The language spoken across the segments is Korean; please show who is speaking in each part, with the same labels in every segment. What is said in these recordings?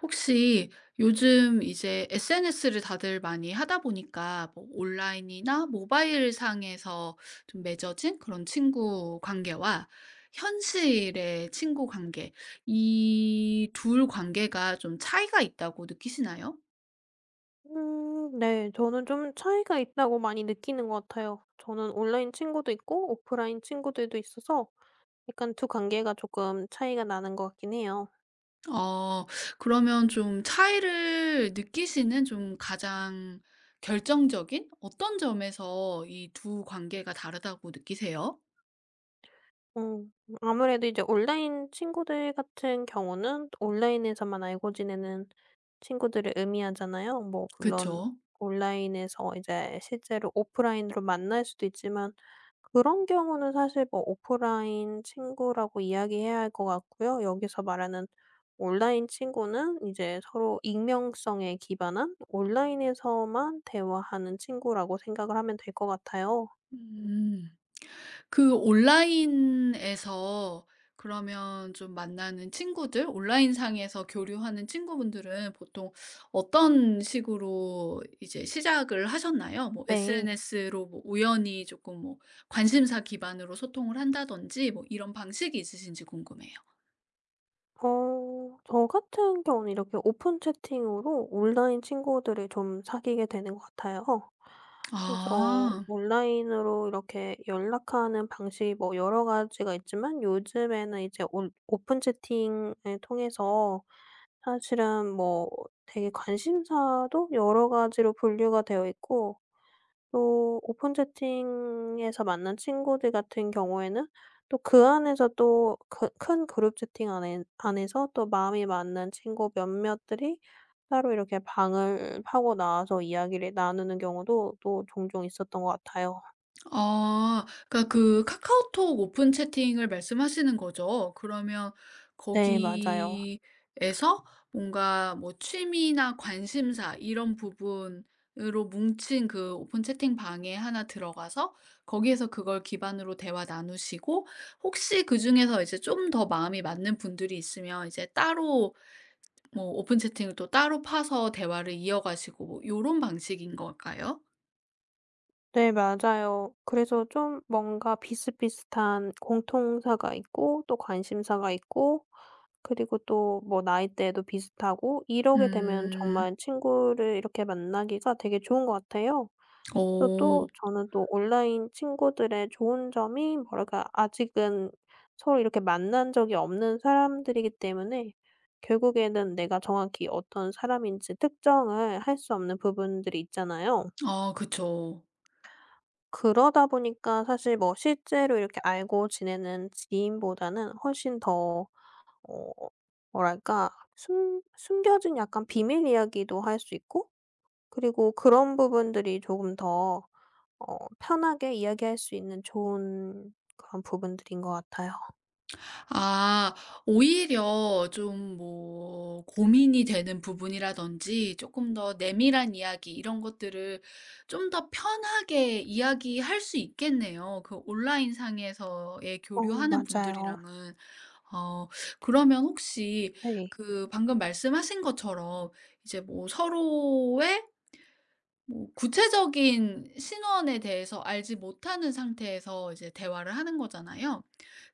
Speaker 1: 혹시 요즘 이제 SNS를 다들 많이 하다 보니까 온라인이나 모바일 상에서 좀 맺어진 그런 친구 관계와 현실의 친구 관계, 이 둘 관계가 좀 차이가 있다고 느끼시나요?
Speaker 2: 네. 저는 좀 차이가 있다고 많이 느끼는 것 같아요. 저는 온라인 친구도 있고 오프라인 친구들도 있어서 약간 두 관계가 조금 차이가 나는 것 같긴 해요.
Speaker 1: 어, 그러면 좀 차이를 느끼시는 좀 가장 결정적인 어떤 점에서 이 두 관계가 다르다고 느끼세요?
Speaker 2: 음. 아무래도 이제 온라인 친구들 같은 경우는 온라인에서만 알고 지내는 친구들을 의미하잖아요. 뭐 물론
Speaker 1: 그쵸?
Speaker 2: 온라인에서 이제 실제로 오프라인으로 만날 수도 있지만, 그런 경우는 사실 뭐 오프라인 친구라고 이야기해야 할 것 같고요. 여기서 말하는 온라인 친구는 이제 서로 익명성에 기반한 온라인에서만 대화하는 친구라고 생각을 하면 될 것 같아요.
Speaker 1: 음. 그 온라인에서 그러면 좀 만나는 친구들, 온라인상에서 교류하는 친구분들은 보통 어떤 식으로 이제 시작을 하셨나요?
Speaker 2: 네.
Speaker 1: SNS로 뭐 우연히 조금 뭐 관심사 기반으로 소통을 한다든지 뭐 이런 방식이 있으신지 궁금해요.
Speaker 2: 저 같은 경우는 이렇게 오픈 채팅으로 온라인 친구들을 좀 사귀게 되는 것 같아요. 그래서
Speaker 1: 아.
Speaker 2: 온라인으로 이렇게 연락하는 방식이 뭐 여러 가지가 있지만, 요즘에는 이제 오픈 채팅을 통해서 사실은 뭐 되게 관심사도 여러 가지로 분류가 되어 있고, 또 오픈 채팅에서 만난 친구들 같은 경우에는 또 그 안에서 또 그 큰 그룹 채팅 안에서 또 마음이 맞는 친구 몇몇들이 따로 이렇게 방을 파고 나와서 이야기를 나누는 경우도 또 종종 있었던 것 같아요.
Speaker 1: 아. 그러니까 그 카카오톡 오픈 채팅을 말씀하시는 거죠? 그러면
Speaker 2: 네, 맞아요.
Speaker 1: 거기에서 뭔가 뭐 취미나 관심사 이런 부분으로 뭉친 그 오픈 채팅방에 하나 들어가서 거기에서 그걸 기반으로 대화 나누시고 혹시 그중에서 이제 좀 더 마음이 맞는 분들이 있으면 이제 따로 뭐 오픈 채팅을 또 따로 파서 대화를 이어가시고 뭐 요런 방식인 걸까요?
Speaker 2: 네, 맞아요. 그래서 좀 뭔가 비슷비슷한 공통사가 있고 또 관심사가 있고, 그리고 또 뭐 나이대도 비슷하고 이러게 되면
Speaker 1: 음.
Speaker 2: 정말 친구를 이렇게 만나기가 되게 좋은 것 같아요. 그래서
Speaker 1: 오.
Speaker 2: 또 저는 또 온라인 친구들의 좋은 점이, 뭐랄까, 아직은 서로 이렇게 만난 적이 없는 사람들이기 때문에 결국에는 내가 정확히 어떤 사람인지 특정을 할 수 없는 부분들이 있잖아요.
Speaker 1: 아 그쵸.
Speaker 2: 그러다 보니까 사실 뭐 실제로 이렇게 알고 지내는 지인보다는 훨씬 더, 어 뭐랄까, 숨 숨겨진 약간 비밀 이야기도 할 수 있고, 그리고 그런 부분들이 조금 더 편하게 이야기할 수 있는 좋은 그런 부분들인 것 같아요.
Speaker 1: 아 오히려 좀 뭐 고민이 되는 부분이라든지 조금 더 내밀한 이야기 이런 것들을 좀 더 편하게 이야기할 수 있겠네요, 그 온라인 상에서의
Speaker 2: 어,
Speaker 1: 교류하는
Speaker 2: 맞아요.
Speaker 1: 분들이랑은. 어 그러면 혹시
Speaker 2: 네.
Speaker 1: 그 방금 말씀하신 것처럼 이제 뭐 서로의 뭐 구체적인 신원에 대해서 알지 못하는 상태에서 이제 대화를 하는 거잖아요.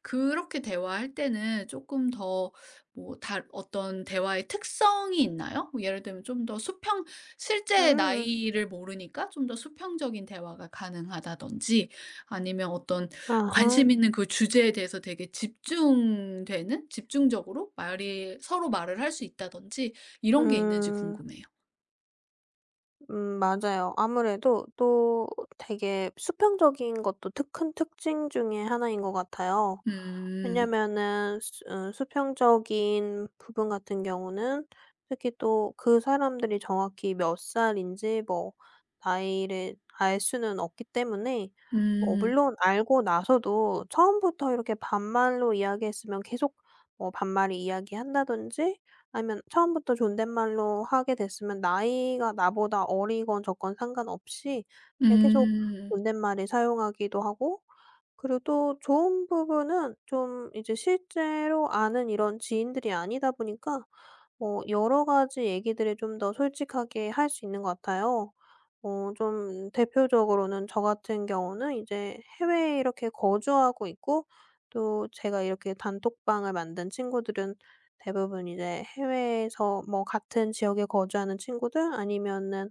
Speaker 1: 그렇게 대화할 때는 조금 더 뭐 다 어떤 대화의 특성이 있나요? 뭐 예를 들면 좀 더 수평 실제
Speaker 2: 음.
Speaker 1: 나이를 모르니까 좀 더 수평적인 대화가 가능하다든지 아니면 어떤
Speaker 2: 아하.
Speaker 1: 관심 있는 그 주제에 대해서 되게 집중되는 집중적으로 말이 서로 말을 할 수 있다든지 이런 게 있는지
Speaker 2: 음.
Speaker 1: 궁금해요.
Speaker 2: 맞아요. 아무래도 또 되게 수평적인 것도 특 큰 특징 중에 하나인 것 같아요.
Speaker 1: 음.
Speaker 2: 왜냐면은 수 수평적인 부분 같은 경우는 특히 또 그 사람들이 정확히 몇 살인지 뭐 나이를 알 수는 없기 때문에, 뭐
Speaker 1: 음.
Speaker 2: 물론 알고 나서도 처음부터 이렇게 반말로 이야기했으면 계속 뭐 반말을 이야기한다든지, 아니면 처음부터 존댓말로 하게 됐으면 나이가 나보다 어리건 적건 상관없이 그냥 계속
Speaker 1: 음.
Speaker 2: 존댓말을 사용하기도 하고, 그리고 또 좋은 부분은 좀 이제 실제로 아는 이런 지인들이 아니다 보니까 뭐 여러 가지 얘기들을 좀 더 솔직하게 할 수 있는 것 같아요. 좀 대표적으로는 저 같은 경우는 이제 해외에 이렇게 거주하고 있고, 또 제가 이렇게 단톡방을 만든 친구들은 대부분 이제 해외에서 뭐 같은 지역에 거주하는 친구들 아니면은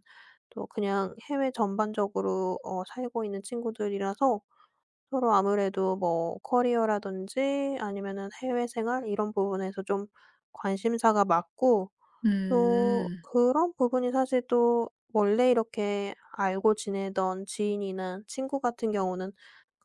Speaker 2: 또 그냥 해외 전반적으로 살고 있는 친구들이라서 서로 아무래도 뭐 커리어라든지 아니면은 해외 생활 이런 부분에서 좀 관심사가 맞고, 또
Speaker 1: 음.
Speaker 2: 그런 부분이 사실 또 원래 이렇게 알고 지내던 지인이나 친구 같은 경우는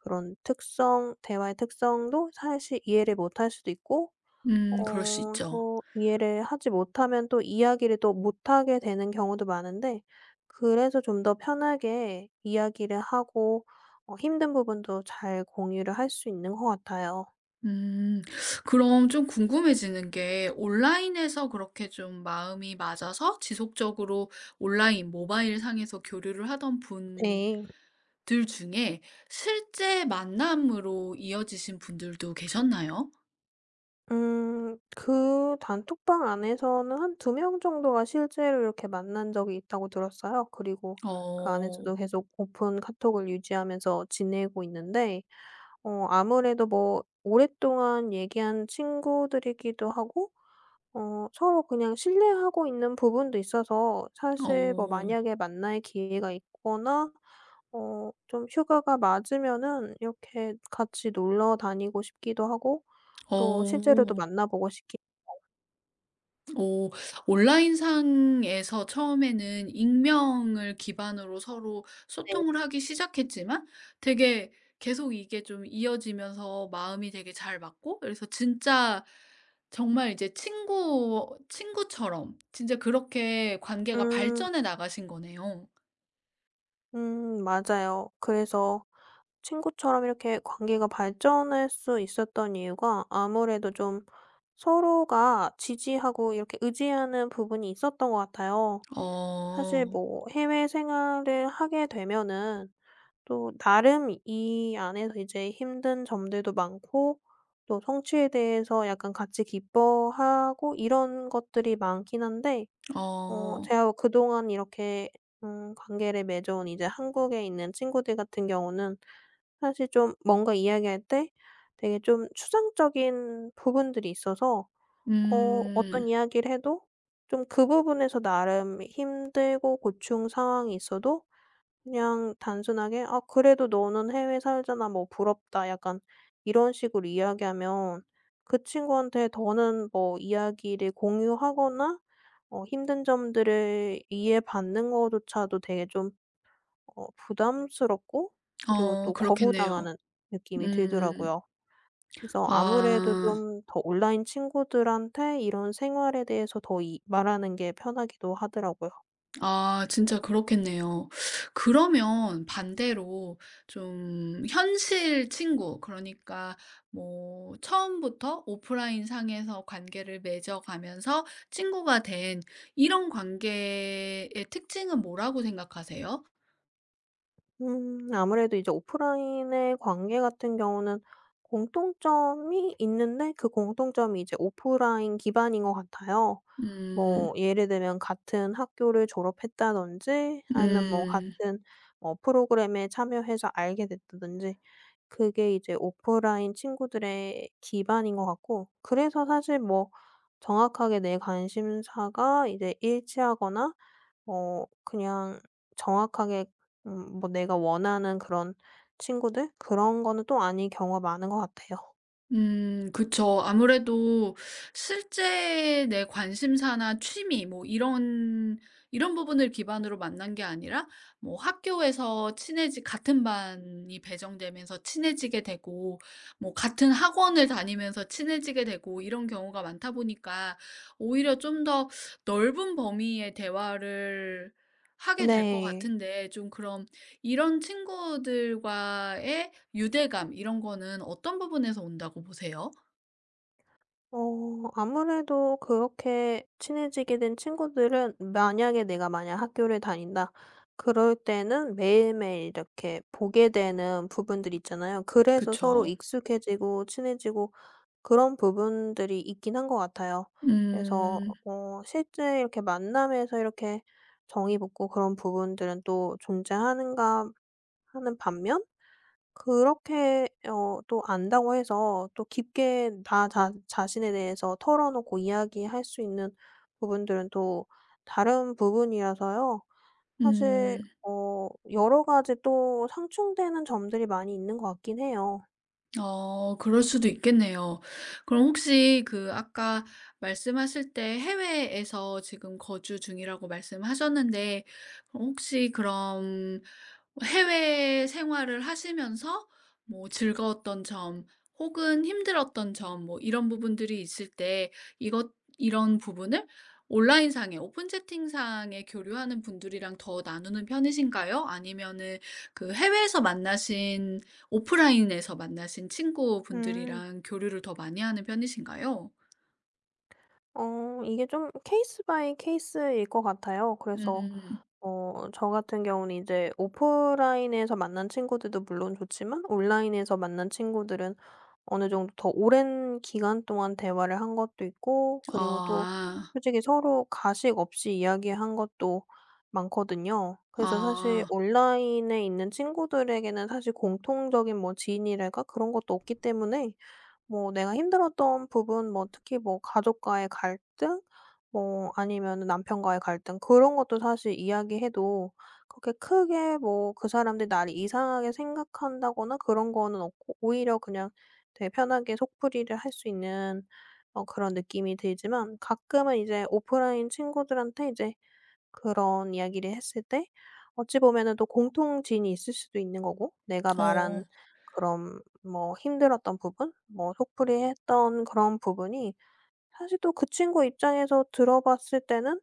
Speaker 2: 그런 특성 대화의 특성도 사실 이해를 못할 수도 있고,
Speaker 1: 음. 그럴 수
Speaker 2: 어
Speaker 1: 있죠.
Speaker 2: 또 이해를 하지 못하면 또 이야기를 또 못하게 되는 경우도 많은데, 그래서 좀 더 편하게 이야기를 하고, 힘든 부분도 잘 공유를 할 수 있는 것 같아요.
Speaker 1: 음. 그럼 좀 궁금해지는 게 온라인에서 그렇게 좀 마음이 맞아서 지속적으로 온라인 모바일 상에서 교류를 하던 분들
Speaker 2: 네.
Speaker 1: 중에 실제 만남으로 이어지신 분들도 계셨나요?
Speaker 2: 그 단톡방 안에서는 1~2명 정도가 실제로 이렇게 만난 적이 있다고 들었어요. 그리고 그
Speaker 1: 어.
Speaker 2: 안에서도 계속 오픈 카톡을 유지하면서 지내고 있는데, 아무래도 뭐 오랫동안 얘기한 친구들이기도 하고, 서로 그냥 신뢰하고 있는 부분도 있어서 사실 뭐
Speaker 1: 어.
Speaker 2: 만약에 만날 기회가 있거나 좀 휴가가 맞으면은 이렇게 같이 놀러 다니고 싶기도 하고, 또 실제로도
Speaker 1: 어.
Speaker 2: 만나보고 싶기.
Speaker 1: 오 온라인상에서 처음에는 익명을 기반으로 서로 소통을 하기 시작했지만 되게 계속 이게 좀 이어지면서 마음이 되게 잘 맞고 그래서 진짜 정말 이제 친구처럼 진짜 그렇게 관계가
Speaker 2: 음.
Speaker 1: 발전해 나가신 거네요.
Speaker 2: 맞아요. 그래서 친구처럼 이렇게 관계가 발전할 수 있었던 이유가 아무래도 좀 서로가 지지하고 이렇게 의지하는 부분이 있었던 것 같아요. 사실
Speaker 1: 어.
Speaker 2: 뭐 해외 생활을 하게 되면은 또 나름 이 안에서 이제 힘든 점들도 많고, 또 성취에 대해서 약간 같이 기뻐하고 이런 것들이 많긴 한데,
Speaker 1: 어.
Speaker 2: 제가 그동안 이렇게 관계를 맺어온 이제 한국에 있는 친구들 같은 경우는 사실 좀 뭔가 이야기할 때 되게 좀 추상적인 부분들이 있어서
Speaker 1: 음.
Speaker 2: 어떤 이야기를 해도 좀 그 부분에서 나름 힘들고 고충 상황이 있어도 그냥 단순하게 "아 그래도 너는 해외 살잖아. 뭐 부럽다." 약간 이런 식으로 이야기하면 그 친구한테 더는 뭐 이야기를 공유하거나 힘든 점들을 이해받는 거조차도 되게 좀 부담스럽고, 그리고
Speaker 1: 어
Speaker 2: 또
Speaker 1: 그렇겠네요.
Speaker 2: 거부당하는 느낌이
Speaker 1: 음.
Speaker 2: 들더라고요. 그래서 아무래도
Speaker 1: 아.
Speaker 2: 좀 더 온라인 친구들한테 이런 생활에 대해서 더 이 말하는 게 편하기도 하더라고요.
Speaker 1: 아 진짜 그렇겠네요. 그러면 반대로 좀 현실 친구 그러니까 뭐 처음부터 오프라인 상에서 관계를 맺어가면서 친구가 된 이런 관계의 특징은 뭐라고 생각하세요?
Speaker 2: 아무래도 이제 오프라인의 관계 같은 경우는 공통점이 있는데 그 공통점이 이제 오프라인 기반인 것 같아요. 뭐
Speaker 1: 음.
Speaker 2: 예를 들면 같은 학교를 졸업했다든지, 아니면 뭐
Speaker 1: 음.
Speaker 2: 같은 뭐 프로그램에 참여해서 알게 됐다든지, 그게 이제 오프라인 친구들의 기반인 것 같고, 그래서 사실 뭐 정확하게 내 관심사가 이제 일치하거나 그냥 정확하게, 뭐 내가 원하는 그런 친구들 그런 거는 또 아닌 경우가 많은 것 같아요.
Speaker 1: 그쵸. 아무래도 실제 내 관심사나 취미 뭐 이런 이런 부분을 기반으로 만난 게 아니라 뭐 학교에서 친해지 같은 반이 배정되면서 친해지게 되고 뭐 같은 학원을 다니면서 친해지게 되고 이런 경우가 많다 보니까 오히려 좀 더 넓은 범위의 대화를 하게 될 것
Speaker 2: 네.
Speaker 1: 같은데 좀 그럼 이런 친구들과의 유대감 이런 거는 어떤 부분에서 온다고 보세요?
Speaker 2: 어 아무래도 그렇게 친해지게 된 친구들은, 만약에 내가 만약 학교를 다닌다 그럴 때는 매일매일 이렇게 보게 되는 부분들이 있잖아요. 그래서 서로
Speaker 1: 그쵸.
Speaker 2: 익숙해지고 친해지고 그런 부분들이 있긴 한 것 같아요. 그래서
Speaker 1: 음.
Speaker 2: 실제 이렇게 만남에서 이렇게 정이 붙고 그런 부분들은 또 존재하는가 하는 반면, 그렇게 또 안다고 해서 또 깊게 나 자 자신에 대해서 털어놓고 이야기할 수 있는 부분들은 또 다른 부분이라서요. 사실
Speaker 1: 음.
Speaker 2: 여러 가지 또 상충되는 점들이 많이 있는 것 같긴 해요.
Speaker 1: 어 그럴 수도 있겠네요. 그럼 혹시 그 아까 말씀하실 때 해외에서 지금 거주 중이라고 말씀하셨는데 그럼 혹시 그럼 해외 생활을 하시면서 뭐 즐거웠던 점 혹은 힘들었던 점 뭐 이런 부분들이 있을 때 이것 이런 부분을 온라인상에 오픈 채팅상에 교류하는 분들이랑 더 나누는 편이신가요? 아니면은 그 해외에서 만나신 오프라인에서 만나신
Speaker 2: 음.
Speaker 1: 친구분들이랑 교류를 더 많이 하는 편이신가요?
Speaker 2: 이게 좀 케이스 바이 케이스일 것 같아요. 그래서
Speaker 1: 음.
Speaker 2: 저 같은 경우는 이제 오프라인에서 만난 친구들도 물론 좋지만, 온라인에서 만난 친구들은 어느 정도 더 오랜 기간 동안 대화를 한 것도 있고, 그리고 또
Speaker 1: 아.
Speaker 2: 솔직히 서로 가식 없이 이야기한 것도 많거든요. 그래서 사실
Speaker 1: 아.
Speaker 2: 온라인에 있는 친구들에게는 사실 공통적인 뭐 지인이랄까 그런 것도 없기 때문에 뭐 내가 힘들었던 부분, 뭐 특히 뭐 가족과의 갈등, 뭐 아니면 남편과의 갈등 그런 것도 사실 이야기해도, 그렇게 크게 뭐 그 사람들이 나를 이상하게 생각한다거나 그런 거는 없고, 오히려 그냥 되게 편하게 속풀이를 할 수 있는 그런 느낌이 들지만, 가끔은 이제 오프라인 친구들한테 이제 그런 이야기를 했을 때 어찌 보면은 또 공통지인이 있을 수도 있는 거고, 내가
Speaker 1: 어.
Speaker 2: 말한 그런 뭐 힘들었던 부분, 뭐 속풀이했던 그런 부분이 사실 또 그 친구 입장에서 들어봤을 때는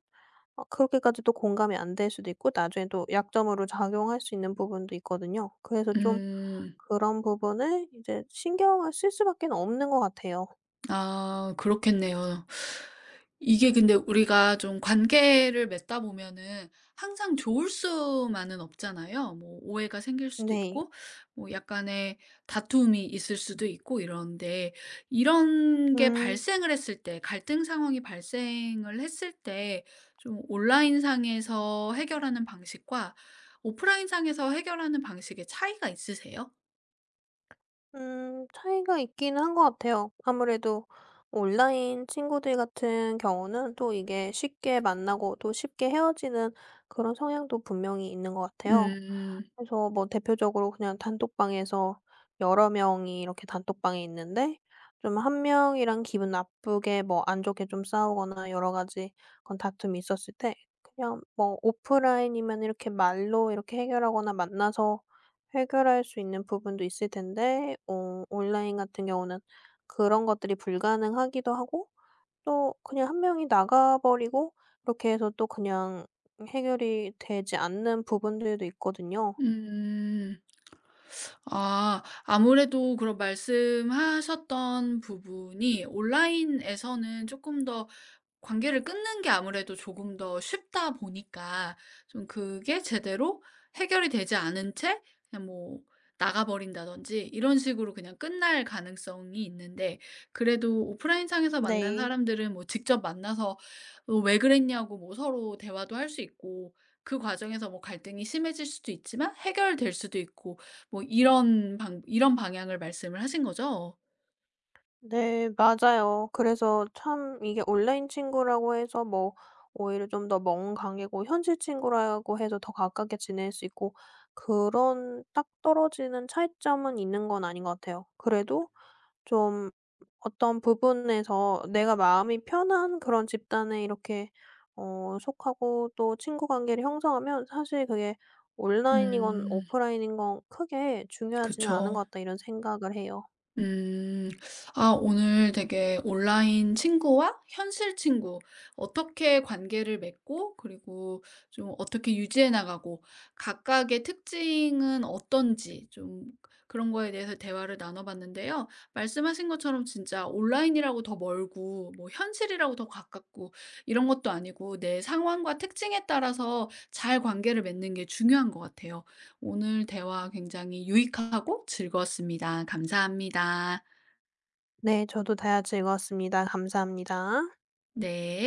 Speaker 2: 그렇게까지 또 공감이 안 될 수도 있고, 나중에 또 약점으로 작용할 수 있는 부분도 있거든요. 그래서 좀
Speaker 1: 음.
Speaker 2: 그런 부분을 이제 신경을 쓸 수밖에 없는 것 같아요.
Speaker 1: 아 그렇겠네요. 이게 근데 우리가 좀 관계를 맺다 보면은 항상 좋을 수만은 없잖아요. 뭐 오해가 생길 수도
Speaker 2: 네.
Speaker 1: 있고 뭐 약간의 다툼이 있을 수도 있고 이런데 이런 게
Speaker 2: 음.
Speaker 1: 발생을 했을 때 갈등 상황이 발생을 했을 때 좀 온라인 상에서 해결하는 방식과 오프라인 상에서 해결하는 방식의 차이가 있으세요?
Speaker 2: 차이가 있긴 한 것 같아요. 아무래도 온라인 친구들 같은 경우는 또 이게 쉽게 만나고 또 쉽게 헤어지는 그런 성향도 분명히 있는 것 같아요.
Speaker 1: 음.
Speaker 2: 그래서 뭐 대표적으로 그냥 단톡방에서 여러 명이 이렇게 단톡방에 있는데, 좀 한 명이랑 기분 나쁘게 뭐 안 좋게 좀 싸우거나 여러 가지 그런 다툼이 있었을 때, 그냥 뭐 오프라인이면 이렇게 말로 이렇게 해결하거나 만나서 해결할 수 있는 부분도 있을 텐데, 온라인 같은 경우는 그런 것들이 불가능하기도 하고, 또 그냥 한 명이 나가 버리고 이렇게 해서 또 그냥 해결이 되지 않는 부분들도 있거든요.
Speaker 1: 음. 아 아무래도 그런 말씀하셨던 부분이 온라인에서는 조금 더 관계를 끊는 게 아무래도 조금 더 쉽다 보니까 좀 그게 제대로 해결이 되지 않은 채 그냥 뭐 나가 버린다든지 이런 식으로 그냥 끝날 가능성이 있는데 그래도 오프라인상에서 만난
Speaker 2: 네.
Speaker 1: 사람들은 뭐 직접 만나서 어 왜 그랬냐고 뭐 서로 대화도 할 수 있고 그 과정에서 뭐 갈등이 심해질 수도 있지만 해결될 수도 있고 뭐 이런 방향을 말씀을 하신 거죠?
Speaker 2: 네, 맞아요. 그래서 참, 이게 온라인 친구라고 해서 뭐 오히려 좀 더 먼 관계고 현실 친구라고 해서 더 가깝게 지낼 수 있고 그런 딱 떨어지는 차이점은 있는 건 아닌 것 같아요. 그래도 좀 어떤 부분에서 내가 마음이 편한 그런 집단에 이렇게 속하고 또 친구 관계를 형성하면 사실 그게 '온라인이건
Speaker 1: 음
Speaker 2: 오프라인인 건 크게 중요하지는 않은
Speaker 1: 그쵸.
Speaker 2: 것 같다.' 이런 생각을 해요.
Speaker 1: 음, 아, 오늘 되게 온라인 친구와 현실 친구, 어떻게 관계를 맺고, 그리고 좀 어떻게 유지해 나가고, 각각의 특징은 어떤지, 좀 그런 거에 대해서 대화를 나눠봤는데요. 말씀하신 것처럼 진짜 온라인이라고 더 멀고, 뭐 현실이라고 더 가깝고, 이런 것도 아니고, 내 상황과 특징에 따라서 잘 관계를 맺는 게 중요한 것 같아요. 오늘 대화 굉장히 유익하고 즐거웠습니다. 감사합니다.
Speaker 2: 네, 저도 다같 즐거웠습니다. 감사합니다.
Speaker 1: 네.